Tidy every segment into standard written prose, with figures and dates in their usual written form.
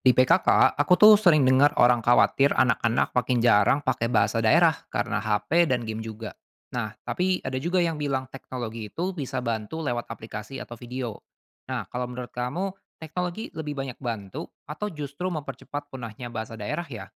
Di PKK, aku tuh sering dengar orang khawatir anak-anak makin jarang pakai bahasa daerah karena HP dan game juga. Nah, tapi ada juga yang bilang teknologi itu bisa bantu lewat aplikasi atau video. Nah, kalau menurut kamu, teknologi lebih banyak bantu atau justru mempercepat punahnya bahasa daerah ya?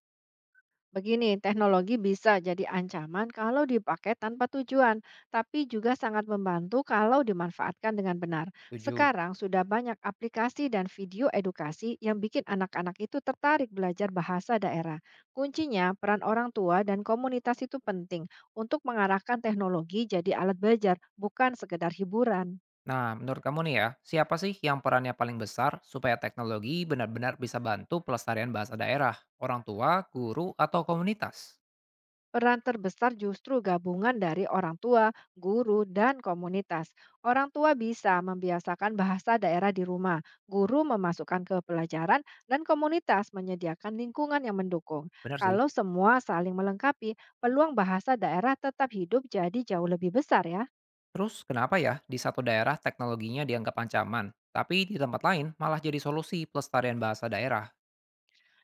Begini, teknologi bisa jadi ancaman kalau dipakai tanpa tujuan, tapi juga sangat membantu kalau dimanfaatkan dengan benar. Tujuh. Sekarang sudah banyak aplikasi dan video edukasi yang bikin anak-anak itu tertarik belajar bahasa daerah. Kuncinya, peran orang tua dan komunitas itu penting untuk mengarahkan teknologi jadi alat belajar, bukan sekedar hiburan. Nah, menurut kamu nih ya, siapa sih yang perannya paling besar supaya teknologi benar-benar bisa bantu pelestarian bahasa daerah? Orang tua, guru, atau komunitas? Peran terbesar justru gabungan dari orang tua, guru, dan komunitas. Orang tua bisa membiasakan bahasa daerah di rumah, guru memasukkan ke pelajaran, dan komunitas menyediakan lingkungan yang mendukung. Benar sih. Kalau semua saling melengkapi, peluang bahasa daerah tetap hidup jadi jauh lebih besar ya. Terus kenapa ya di satu daerah teknologinya dianggap ancaman, tapi di tempat lain malah jadi solusi pelestarian bahasa daerah?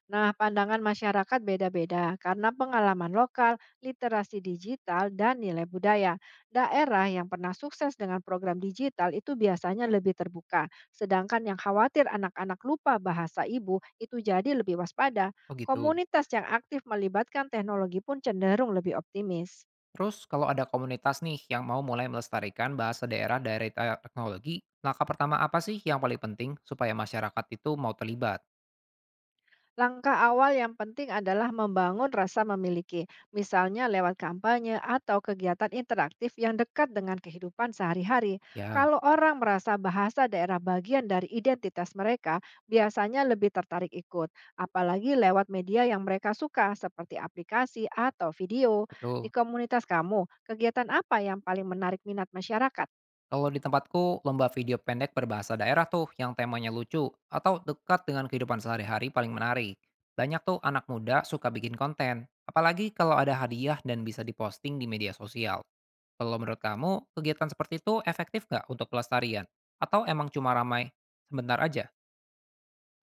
Nah, pandangan masyarakat beda-beda karena pengalaman lokal, literasi digital, dan nilai budaya. Daerah yang pernah sukses dengan program digital itu biasanya lebih terbuka, sedangkan yang khawatir anak-anak lupa bahasa ibu itu jadi lebih waspada. Oh gitu. Komunitas yang aktif melibatkan teknologi pun cenderung lebih optimis. Terus kalau ada komunitas nih yang mau mulai melestarikan bahasa daerah dari teknologi, langkah pertama apa sih yang paling penting supaya masyarakat itu mau terlibat? Langkah awal yang penting adalah membangun rasa memiliki, misalnya lewat kampanye atau kegiatan interaktif yang dekat dengan kehidupan sehari-hari. Ya, Kalau orang merasa bahasa daerah bagian dari identitas mereka, biasanya lebih tertarik ikut, apalagi lewat media yang mereka suka, seperti aplikasi atau video. Di betul. komunitas kamu, kegiatan apa yang paling menarik minat masyarakat? Kalau di tempatku, lomba video pendek berbahasa daerah tuh yang temanya lucu atau dekat dengan kehidupan sehari-hari paling menarik. Banyak tuh anak muda suka bikin konten, apalagi kalau ada hadiah dan bisa diposting di media sosial. Kalau menurut kamu, kegiatan seperti itu efektif nggak untuk pelestarian? Atau emang cuma ramai sebentar aja?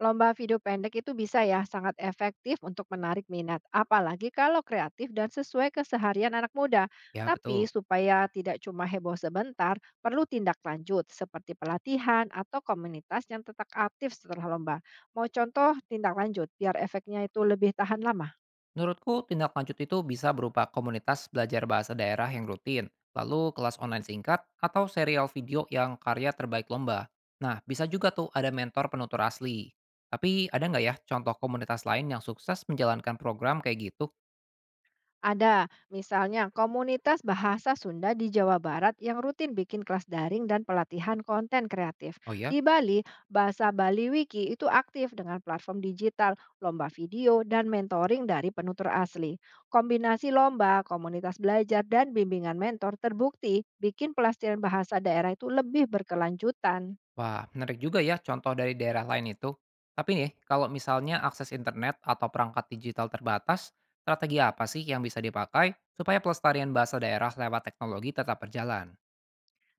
Lomba video pendek itu bisa ya sangat efektif untuk menarik minat, apalagi kalau kreatif dan sesuai keseharian anak muda. Ya, Tapi betul. supaya tidak cuma heboh sebentar, perlu tindak lanjut seperti pelatihan atau komunitas yang tetap aktif setelah lomba. Mau contoh tindak lanjut biar efeknya itu lebih tahan lama? Menurutku, tindak lanjut itu bisa berupa komunitas belajar bahasa daerah yang rutin, lalu kelas online singkat, atau serial video yang karya terbaik lomba. Nah, bisa juga tuh ada mentor penutur asli. Tapi ada nggak ya contoh komunitas lain yang sukses menjalankan program kayak gitu? Ada, misalnya komunitas bahasa Sunda di Jawa Barat yang rutin bikin kelas daring dan pelatihan konten kreatif. Oh ya. Di Bali, Bahasa Bali Wiki itu aktif dengan platform digital, lomba video, dan mentoring dari penutur asli. Kombinasi lomba, komunitas belajar, dan bimbingan mentor terbukti bikin pelestarian bahasa daerah itu lebih berkelanjutan. Wah, menarik juga ya contoh dari daerah lain itu. Tapi nih, kalau misalnya akses internet atau perangkat digital terbatas, strategi apa sih yang bisa dipakai supaya pelestarian bahasa daerah lewat teknologi tetap berjalan?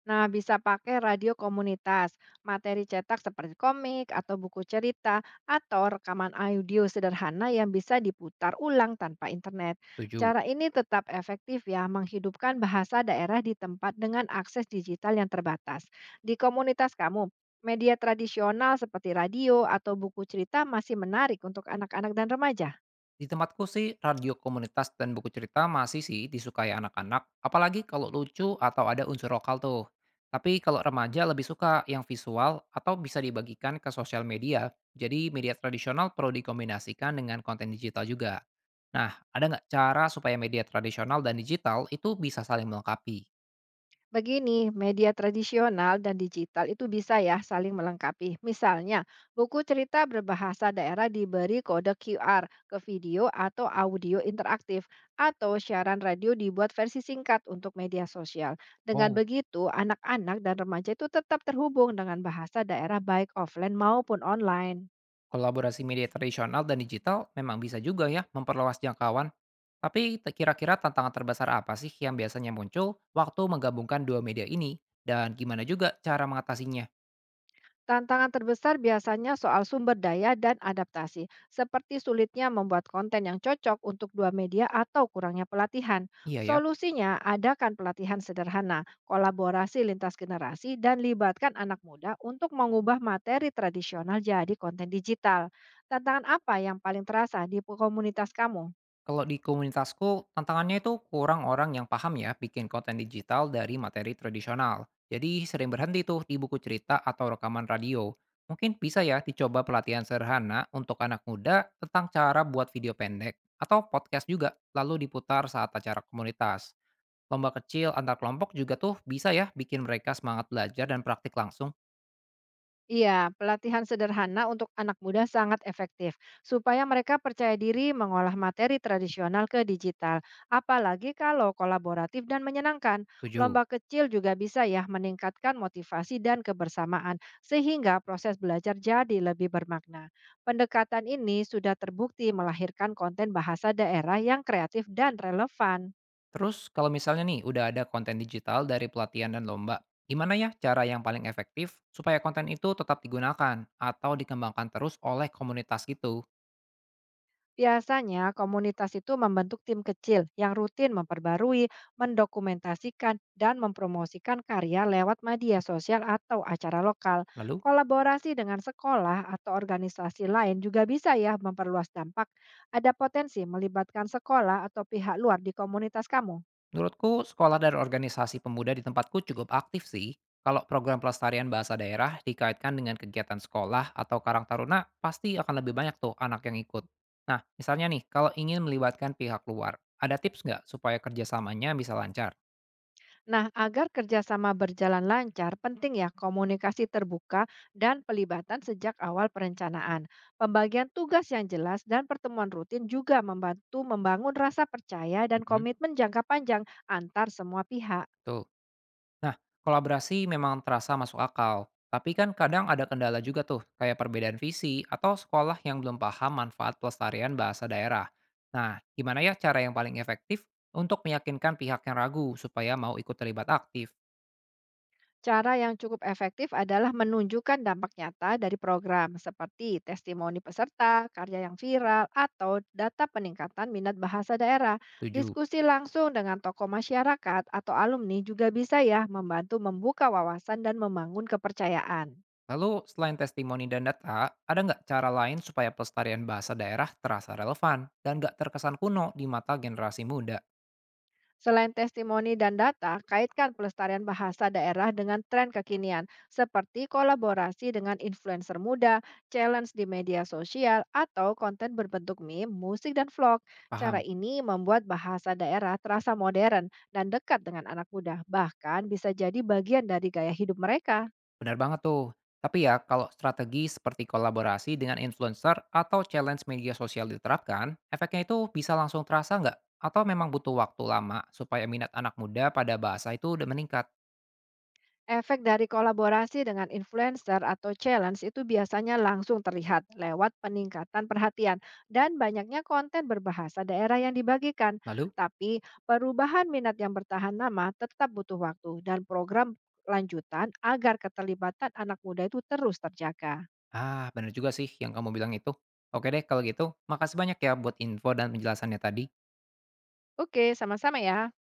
Nah, bisa pakai radio komunitas, materi cetak seperti komik atau buku cerita, atau rekaman audio sederhana yang bisa diputar ulang tanpa internet. Setuju. Cara ini tetap efektif ya, menghidupkan bahasa daerah di tempat dengan akses digital yang terbatas. Di komunitas kamu, media tradisional seperti radio atau buku cerita masih menarik untuk anak-anak dan remaja. Di tempatku sih, radio komunitas dan buku cerita masih sih disukai anak-anak, apalagi kalau lucu atau ada unsur lokal tuh. Tapi kalau remaja lebih suka yang visual atau bisa dibagikan ke sosial media, jadi media tradisional perlu dikombinasikan dengan konten digital juga. Nah, ada nggak cara supaya media tradisional dan digital itu bisa saling melengkapi? Begini, media tradisional dan digital itu bisa ya saling melengkapi. Misalnya, buku cerita berbahasa daerah diberi kode QR ke video atau audio interaktif, atau siaran radio dibuat versi singkat untuk media sosial. Dengan Oh. begitu, anak-anak dan remaja itu tetap terhubung dengan bahasa daerah baik offline maupun online. Kolaborasi media tradisional dan digital memang bisa juga ya memperluas jangkauan. Tapi kira-kira tantangan terbesar apa sih yang biasanya muncul waktu menggabungkan dua media ini? Dan gimana juga cara mengatasinya? Tantangan terbesar biasanya soal sumber daya dan adaptasi, seperti sulitnya membuat konten yang cocok untuk dua media atau kurangnya pelatihan. Iya ya, Solusinya, adakan pelatihan sederhana, kolaborasi lintas generasi, dan libatkan anak muda untuk mengubah materi tradisional jadi konten digital. Tantangan apa yang paling terasa di komunitas kamu? kalau di komunitasku tantangannya itu kurang orang yang paham ya bikin konten digital dari materi tradisional. Jadi sering berhenti tuh di buku cerita atau rekaman radio. Mungkin bisa ya dicoba pelatihan sederhana untuk anak muda tentang cara buat video pendek atau podcast juga lalu diputar saat acara komunitas. Lomba kecil antar kelompok juga tuh bisa ya bikin mereka semangat belajar dan praktik langsung. Iya, pelatihan sederhana untuk anak muda sangat efektif supaya mereka percaya diri mengolah materi tradisional ke digital, apalagi kalau kolaboratif dan menyenangkan. Tujuh. Lomba kecil juga bisa ya meningkatkan motivasi dan kebersamaan sehingga proses belajar jadi lebih bermakna. Pendekatan ini sudah terbukti melahirkan konten bahasa daerah yang kreatif dan relevan. Terus kalau misalnya nih udah ada konten digital dari pelatihan dan lomba, gimana ya cara yang paling efektif supaya konten itu tetap digunakan atau dikembangkan terus oleh komunitas itu? Biasanya, komunitas itu membentuk tim kecil yang rutin memperbarui, mendokumentasikan, dan mempromosikan karya lewat media sosial atau acara lokal. Lalu? Kolaborasi dengan sekolah atau organisasi lain juga bisa ya memperluas dampak. Ada potensi melibatkan sekolah atau pihak luar di komunitas kamu. Menurutku, sekolah dan organisasi pemuda di tempatku cukup aktif sih. Kalau program pelestarian bahasa daerah dikaitkan dengan kegiatan sekolah atau Karang Taruna, pasti akan lebih banyak tuh anak yang ikut. Nah, misalnya nih, kalau ingin melibatkan pihak luar, ada tips nggak supaya kerjasamanya bisa lancar? Nah, agar kerjasama berjalan lancar, penting ya komunikasi terbuka dan pelibatan sejak awal perencanaan. Pembagian tugas yang jelas dan pertemuan rutin juga membantu membangun rasa percaya dan Mhm. komitmen jangka panjang antar semua pihak. Tuh. Nah, kolaborasi memang terasa masuk akal, tapi kan kadang ada kendala juga tuh, kayak perbedaan visi atau sekolah yang belum paham manfaat pelestarian bahasa daerah. Nah, gimana ya cara yang paling efektif untuk meyakinkan pihak yang ragu supaya mau ikut terlibat aktif? Cara yang cukup efektif adalah menunjukkan dampak nyata dari program seperti testimoni peserta, karya yang viral, atau data peningkatan minat bahasa daerah. Setuju. Diskusi langsung dengan tokoh masyarakat atau alumni juga bisa ya membantu membuka wawasan dan membangun kepercayaan. Lalu, selain testimoni dan data, ada nggak cara lain supaya pelestarian bahasa daerah terasa relevan dan nggak terkesan kuno di mata generasi muda? Selain testimoni dan data, kaitkan pelestarian bahasa daerah dengan tren kekinian, seperti kolaborasi dengan influencer muda, challenge di media sosial, atau konten berbentuk meme, musik, dan vlog. Cara Paham? ini membuat bahasa daerah terasa modern dan dekat dengan anak muda, bahkan bisa jadi bagian dari gaya hidup mereka. Benar banget tuh. Tapi ya, kalau strategi seperti kolaborasi dengan influencer atau challenge media sosial diterapkan, efeknya itu bisa langsung terasa nggak? Atau memang butuh waktu lama supaya minat anak muda pada bahasa itu udah meningkat? Efek dari kolaborasi dengan influencer atau challenge itu biasanya langsung terlihat lewat peningkatan perhatian dan banyaknya konten berbahasa daerah yang dibagikan. Lalu? Tapi perubahan minat yang bertahan lama tetap butuh waktu dan program lanjutan agar keterlibatan anak muda itu terus terjaga. Ah, benar juga sih yang kamu bilang itu. Oke deh, kalau gitu, makasih banyak ya buat info dan penjelasannya tadi. Oke, sama-sama ya.